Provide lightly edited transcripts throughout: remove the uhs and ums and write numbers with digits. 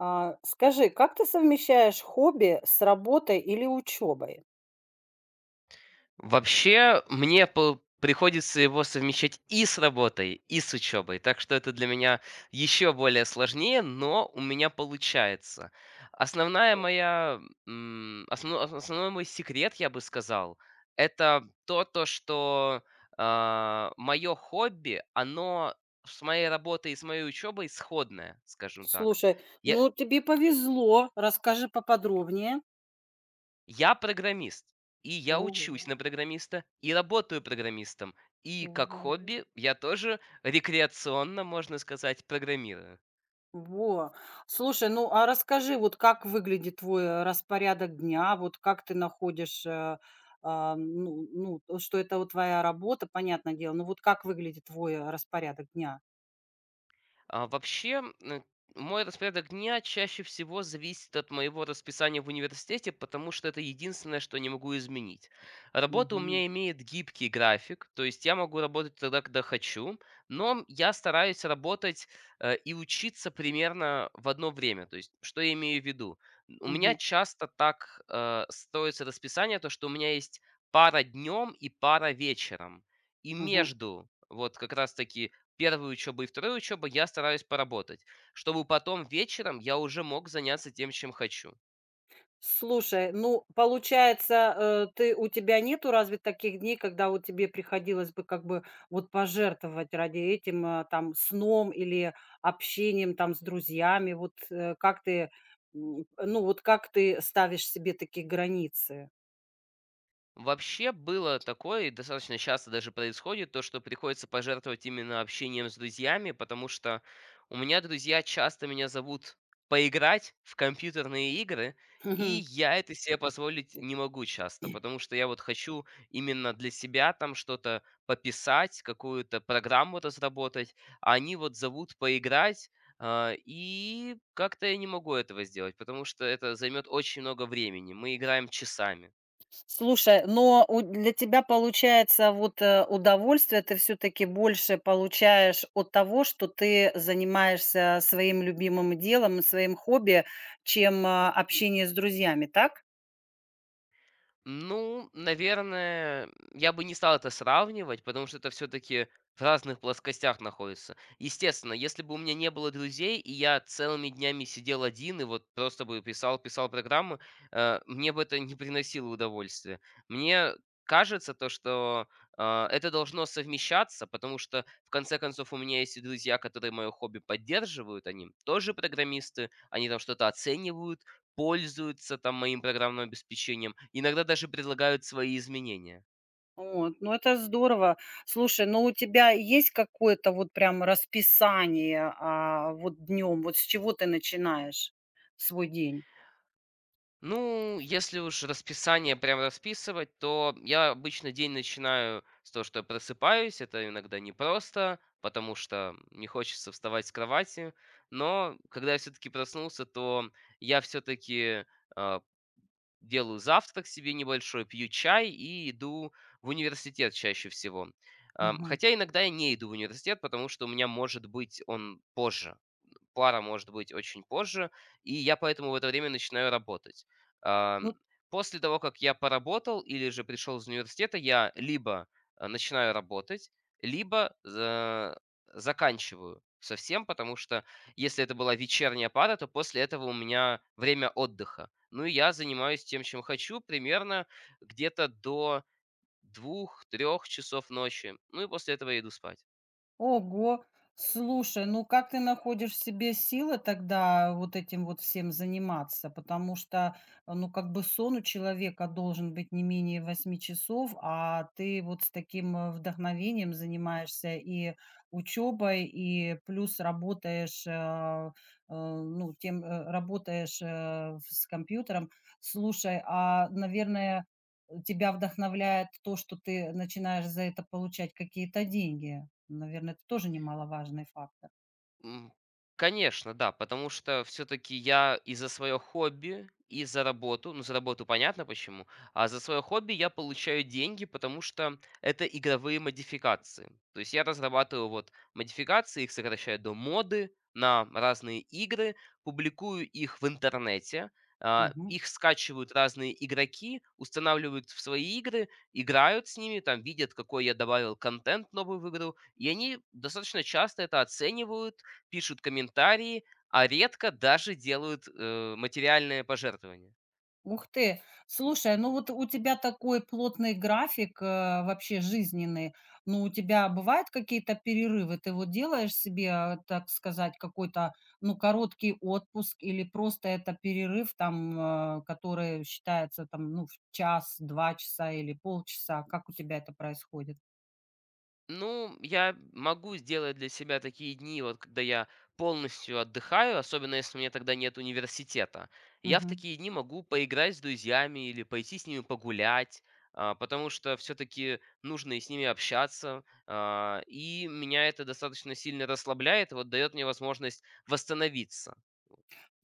А, скажи, как ты совмещаешь хобби с работой или учебой? Вообще, мне по приходится его совмещать и с работой, и с учебой, так что это для меня еще более сложнее, но у меня получается. Основная моя, м, основно ос- основной мой секрет, я бы сказал, это то, что мое хобби, оно с моей работой и с моей учебой сходное, скажем так. Слушай, Я ну тебе повезло, расскажи поподробнее. Я программист, и я учусь Ого, на программиста, и работаю программистом, и как ого. хобби я тоже рекреационно, можно сказать, программирую. Во. Слушай, ну а расскажи, вот как выглядит твой распорядок дня, вот как ты находишь, а, ну, то, что это вот твоя работа, понятное дело, но вот как выглядит твой распорядок дня? Вообще, мой распорядок дня чаще всего зависит от моего расписания в университете, потому что это единственное, что я не могу изменить. Работа у Мгм. меня имеет гибкий график, то есть я могу работать тогда, когда хочу, но я стараюсь работать и учиться примерно в одно время. То есть, что я имею в виду? У меня Мгм. часто так строится расписание, то что у меня есть пара днем и пара вечером. И Мгм. между вот как раз-таки первой учебы и второй учебы я стараюсь поработать, чтобы потом вечером я уже мог заняться тем, чем хочу. Слушай, ну, получается, э, ты у тебя нету разве таких дней, когда вот тебе приходилось бы как бы вот пожертвовать ради этим, там, сном или общением там с друзьями? Вот, ну, вот как ты ставишь себе такие границы? Вообще было такое, и достаточно часто даже происходит, то, что приходится пожертвовать именно общением с друзьями, потому что у меня друзья часто меня зовут поиграть в компьютерные игры, и я это себе позволить не могу часто, потому что я вот хочу именно для себя там что-то пописать, какую-то программу разработать, а они вот зовут поиграть, и как-то я не могу этого сделать, потому что это займет очень много времени. Мы играем часами. Слушай, но у для тебя получается вот, удовольствие ты все таки больше получаешь от того, что ты занимаешься своим любимым делом и своим хобби, чем, а, общение с друзьями, так? Ну, наверное, я бы не стал это сравнивать, потому что это все-таки в разных плоскостях находится. Естественно, если бы у меня не было друзей, и я целыми днями сидел один и вот просто бы писал, писал программы, мне бы это не приносило удовольствия. Мне кажется то, что это должно совмещаться, потому что, в конце концов, у меня есть и друзья, которые мое хобби поддерживают, они тоже программисты, они там что-то оценивают, пользуются там моим программным обеспечением, иногда даже предлагают свои изменения. Вот, ну это здорово. Слушай, но у тебя есть какое-то вот прям расписание, а, вот днем? Вот с чего ты начинаешь свой день? Ну, если уж расписание прям расписывать, то я обычно день начинаю с того, что я просыпаюсь. Это иногда непросто, потому что не хочется вставать с кровати. Но когда я все-таки проснулся, то я все-таки делаю завтрак себе небольшой, пью чай и иду в университет чаще всего. Мгм. Хотя иногда я не иду в университет, потому что у меня может быть он позже. Пара может быть очень позже, и я поэтому в это время начинаю работать. Ам, Ну. После того, как я поработал или же пришел из университета, я либо начинаю работать, либо заканчиваю совсем, потому что если это была вечерняя пара, то после этого у меня время отдыха. Ну и я занимаюсь тем, чем хочу, примерно где-то до 2-3 часов ночи. Ну и после этого я иду спать. Ого! Слушай, ну как ты находишь в себе силы тогда вот этим вот всем заниматься? Потому что, ну, как бы сон у человека должен быть не менее 8 часов, а ты вот с таким вдохновением занимаешься и учебой, и плюс работаешь, ну, тем, работаешь с компьютером. Слушай, а, наверное, тебя вдохновляет то, что ты начинаешь за это получать какие-то деньги. Наверное, это тоже немаловажный фактор. М, Конечно, да, потому что все таки я и за своё хобби, и за работу, ну, за работу понятно почему, а за свое хобби я получаю деньги, потому что это игровые модификации. То есть я разрабатываю вот модификации, их сокращаю до моды на разные игры, публикую их в интернете, Мгм. их скачивают разные игроки, устанавливают в свои игры, играют с ними, там видят, какой я добавил контент новый в игру, и они достаточно часто это оценивают пишут комментарии, а редко даже делают материальные пожертвования. Ух ты! Слушай, ну вот у тебя такой плотный график, вообще жизненный. Но у тебя бывают какие-то перерывы? Ты вот делаешь себе, а, так сказать, какой-то, ну, короткий отпуск или просто это перерыв, там, который считается, там, ну, в час, 2 часа или полчаса? Как у тебя это происходит? Ну, я могу сделать для себя такие дни, вот когда я полностью отдыхаю, особенно если у меня тогда нет университета. Я в такие дни могу поиграть с друзьями или пойти с ними погулять, потому что все-таки нужно и с ними общаться. И меня это достаточно сильно расслабляет, вот дает мне возможность восстановиться.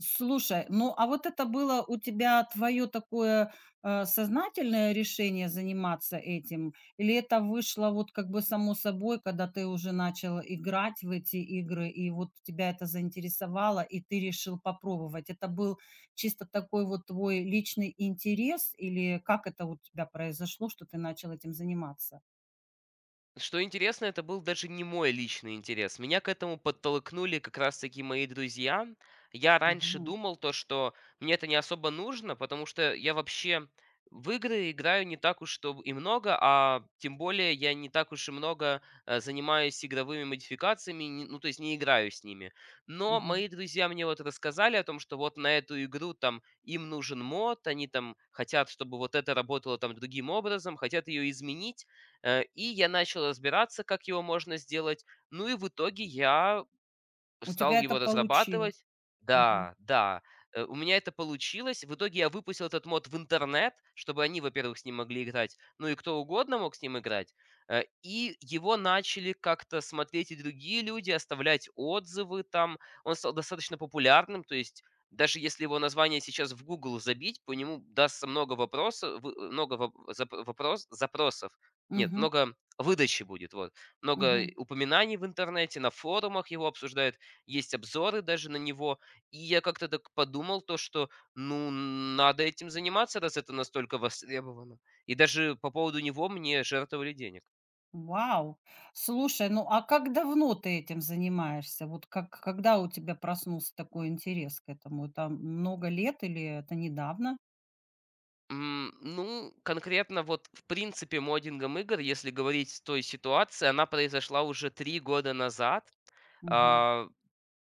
Слушай, ну а вот это было у тебя твое такое сознательное решение заниматься этим? Или это вышло вот как бы само собой, когда ты уже начал играть в эти игры, и вот тебя это заинтересовало, и ты решил попробовать? Это был чисто такой вот твой личный интерес, или как это у тебя произошло, что ты начал этим заниматься? Что интересно, это был даже не мой личный интерес. Меня к этому подтолкнули как раз-таки мои друзья. Я раньше Мгм. думал то, что мне это не особо нужно, потому что я вообще в игры играю не так уж чтоб и много, а тем более я не так уж и много занимаюсь игровыми модификациями, ну то есть не играю с ними. Но Мгм. мои друзья мне вот рассказали о том, что вот на эту игру там им нужен мод, они там хотят, чтобы вот это работало там другим образом, хотят ее изменить. И я начал разбираться, как его можно сделать. Ну и в итоге я У стал тебя это его получилось. разрабатывать. Мгм. Да, да. У меня это получилось. В итоге я выпустил этот мод в интернет, чтобы они, во-первых, с ним могли играть, ну и кто угодно мог с ним играть. И его начали как-то смотреть и другие люди, оставлять отзывы там. Он стал достаточно популярным, то есть даже если его название сейчас в Google забить, по нему дастся много вопросов, вы- много воп- зап- вопрос, запросов. Нет, Мгм. много выдачи будет, вот. Много Мгм. упоминаний в интернете, на форумах его обсуждают. Есть обзоры даже на него. И я как-то так подумал то, что, ну, надо этим заниматься, раз это настолько востребовано. И даже по поводу него мне жертвовали денег. Вау! Слушай, ну а как давно ты этим занимаешься? Вот как когда у тебя проснулся такой интерес к этому? Это много лет или это недавно? Ну, конкретно вот в принципе моддингом игр, если говорить с той ситуации, она произошла уже 3 года назад. Мгм. А,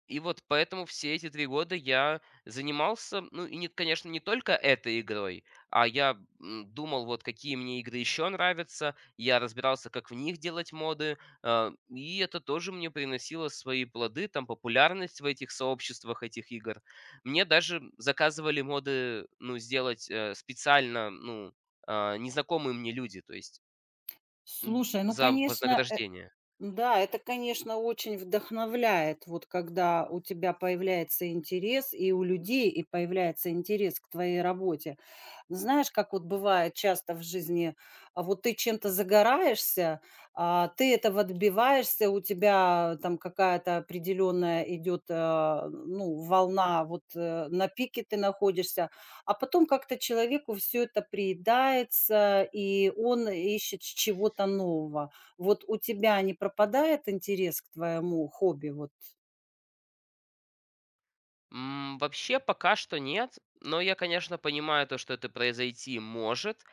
И вот поэтому все эти 3 года я занимался, ну, и нет, конечно, не только этой игрой, а я, думал, вот какие мне игры еще нравятся, я разбирался, как в них делать моды, и это тоже мне приносило свои плоды, там популярность в этих сообществах этих игр. Мне даже заказывали моды, ну, сделать, специально, ну, незнакомые мне люди, то есть, Слушай, ну, за конечно, вознаграждение. да, это, конечно, очень вдохновляет, вот когда у тебя появляется интерес и у людей, и появляется интерес к твоей работе. Знаешь, как вот бывает часто в жизни, а вот ты чем-то загораешься, а, ты этого добиваешься, у тебя там какая-то определенная идет, а, ну, волна, вот на пике ты находишься, а потом как-то человеку все это приедается, и он ищет с чего-то нового. Вот у тебя не пропадает интерес к твоему хобби? Вот. Вообще пока что нет, но я, конечно, понимаю то, что это произойти может,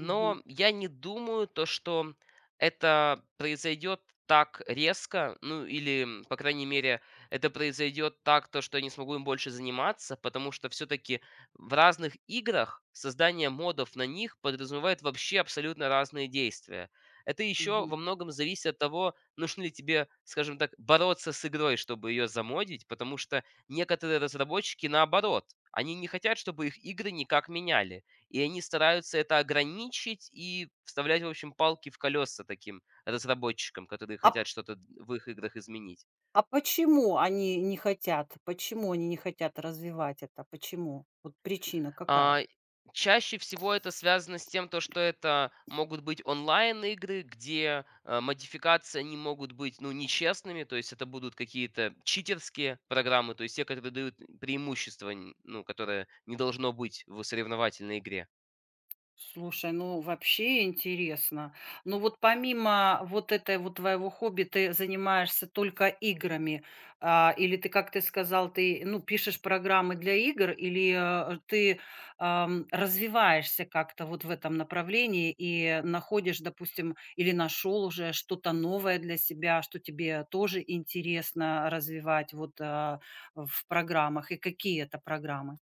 Мгм, я не думаю то, что это произойдет так резко, ну или, по крайней мере, это произойдет так, то, что я не смогу им больше заниматься, потому что все-таки в разных играх создание модов на них подразумевает вообще абсолютно разные действия. Это еще мгм. во многом зависит от того, нужно ли тебе, скажем так, бороться с игрой, чтобы ее замодить, потому что некоторые разработчики, наоборот, они не хотят, чтобы их игры никак меняли, и они стараются это ограничить и вставлять, в общем, палки в колеса таким разработчикам, которые А хотят что-то в их играх изменить. А почему они не хотят? Почему они не хотят развивать это? Почему? Вот причина какая? А, Чаще всего это связано с тем, то, что это могут быть онлайн-игры, где модификации они могут быть ну, нечестными, то есть это будут какие-то читерские программы, то есть те, которые дают преимущество, ну, которое не должно быть в соревновательной игре. Слушай, ну вообще интересно. Ну вот помимо вот этой вот твоего хобби, ты занимаешься только играми, а, или ты, как ты сказал, ты, ну, пишешь программы для игр, или ты развиваешься как-то вот в этом направлении и находишь, допустим, или нашел уже что-то новое для себя, что тебе тоже интересно развивать вот а, в программах, и какие это программы?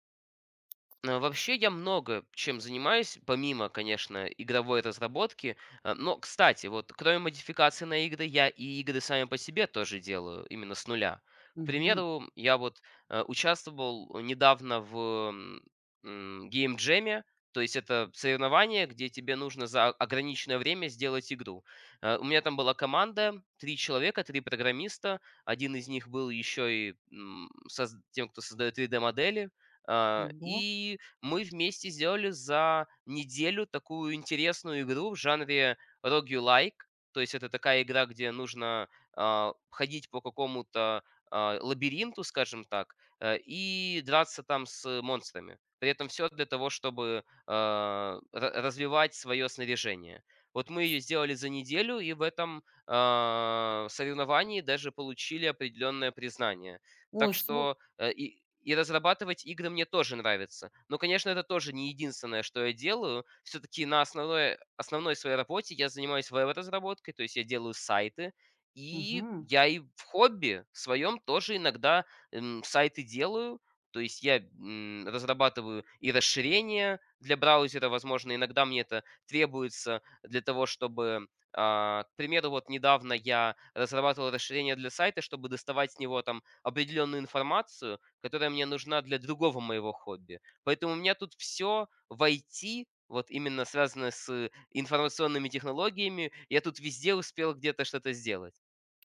Вообще я много чем занимаюсь, помимо, конечно, игровой разработки. Но, кстати, вот кроме модификации на игры, я и игры сами по себе тоже делаю, именно с нуля. К Мгм. примеру, я вот участвовал недавно в геймджеме, то есть это соревнование, где тебе нужно за ограниченное время сделать игру. У меня там была команда, 3 человека, 3 программиста. Один из них был еще и тем, кто создает 3D-модели. Ого. И мы вместе сделали за неделю такую интересную игру в жанре roguelike. То есть это такая игра, где нужно ходить по какому-то лабиринту, скажем так, и драться там с монстрами. При этом все для того, чтобы развивать свое снаряжение. Вот мы ее сделали за неделю, и в этом соревновании даже получили определенное признание. Ой, Так слу- что и разрабатывать игры мне тоже нравится. Но, конечно, это тоже не единственное, что я делаю. Все-таки на основной, основной своей работе я занимаюсь веб-разработкой, то есть я делаю сайты. И Мгм. я и в хобби своем тоже иногда сайты делаю. То есть я разрабатываю и расширения для браузера, возможно, иногда мне это требуется для того, чтобы, к примеру, вот недавно я разрабатывал расширение для сайта, чтобы доставать с него там определенную информацию, которая мне нужна для другого моего хобби. Поэтому у меня тут все в IT, вот именно связанное с информационными технологиями, я тут везде успел где-то что-то сделать.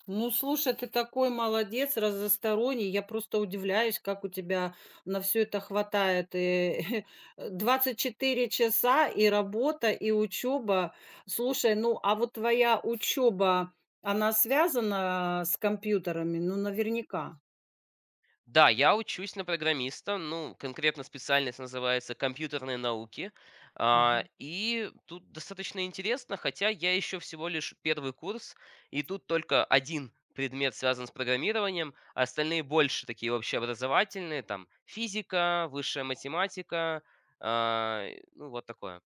Ну, слушай, ты такой молодец, разносторонний. Я просто удивляюсь, как у тебя на все это хватает. И 24 часа, и работа, и учеба. Слушай, ну, а вот твоя учеба, она связана с компьютерами? Ну, наверняка. Да, я учусь на программиста, ну, конкретно специальность называется компьютерные науки. Мгм. И тут достаточно интересно, хотя я еще всего лишь первый курс, и тут только один предмет связан с программированием, а остальные больше такие общеобразовательные, там физика, высшая математика, а, ну, вот такое.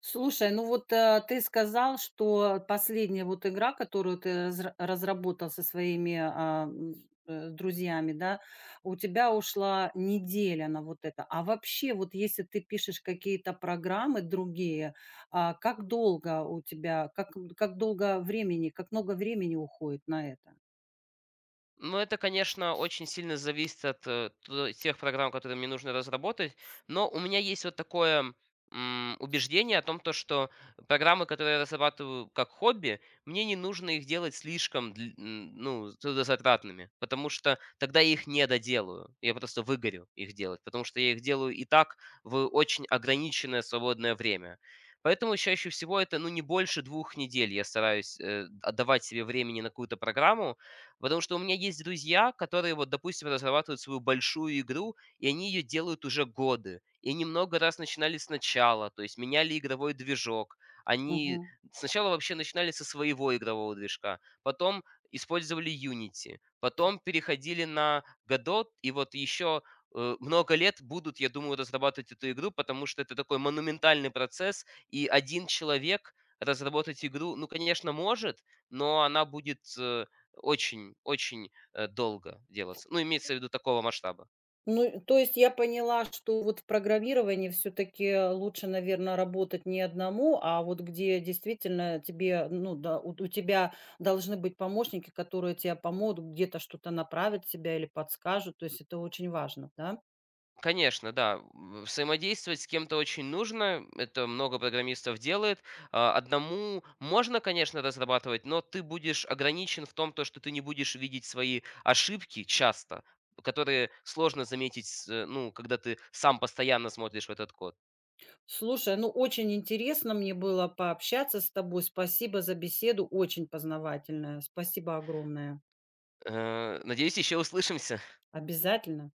Слушай, ну вот, ты сказал, что последняя вот игра, которую ты разработал со своими, друзьями, да, у тебя ушла неделя на вот это. А вообще, вот если ты пишешь какие-то программы другие, а, как долго у тебя, как, м, как долго времени, как много времени уходит на это? Ну, это, конечно, очень сильно зависит от тех программ, которые мне нужно разработать, но у меня есть вот такое убеждение о том, то, что программы, которые я разрабатываю как хобби, мне не нужно их делать слишком ну, трудозатратными, потому что тогда я их не доделаю, я просто выгорю их делать, потому что я их делаю и так в очень ограниченное свободное время. Поэтому чаще всего это, ну, не больше 2 недель я стараюсь отдавать себе времени на какую-то программу, потому что у меня есть друзья, которые, вот, допустим, разрабатывают свою большую игру, и они ее делают уже годы. И они много раз начинали сначала, то есть меняли игровой движок. Они сначала вообще начинали со своего игрового движка, потом использовали Unity, потом переходили на Godot, и вот еще много лет будут, я думаю, разрабатывать эту игру, потому что это такой монументальный процесс, и один человек разработать игру, ну, конечно, может, но она будет очень, очень, долго делаться. Ну, имеется в виду такого масштаба. Ну, то есть я поняла, что вот в программировании все-таки лучше, наверное, работать не одному, а вот где действительно тебе, ну да, у тебя должны быть помощники, которые тебе помогут, где-то что-то направят тебя или подскажут. То есть это очень важно, да? Конечно, да, взаимодействовать с кем-то очень нужно. Это много программистов делает. Одному можно, конечно, разрабатывать, но ты будешь ограничен в том, то, что ты не будешь видеть свои ошибки часто, которые сложно заметить, с ну, когда ты сам постоянно смотришь в этот код. Слушай, ну очень интересно мне было пообщаться с тобой. Спасибо за беседу, очень познавательная. Спасибо огромное. Надеюсь, еще услышимся. Обязательно.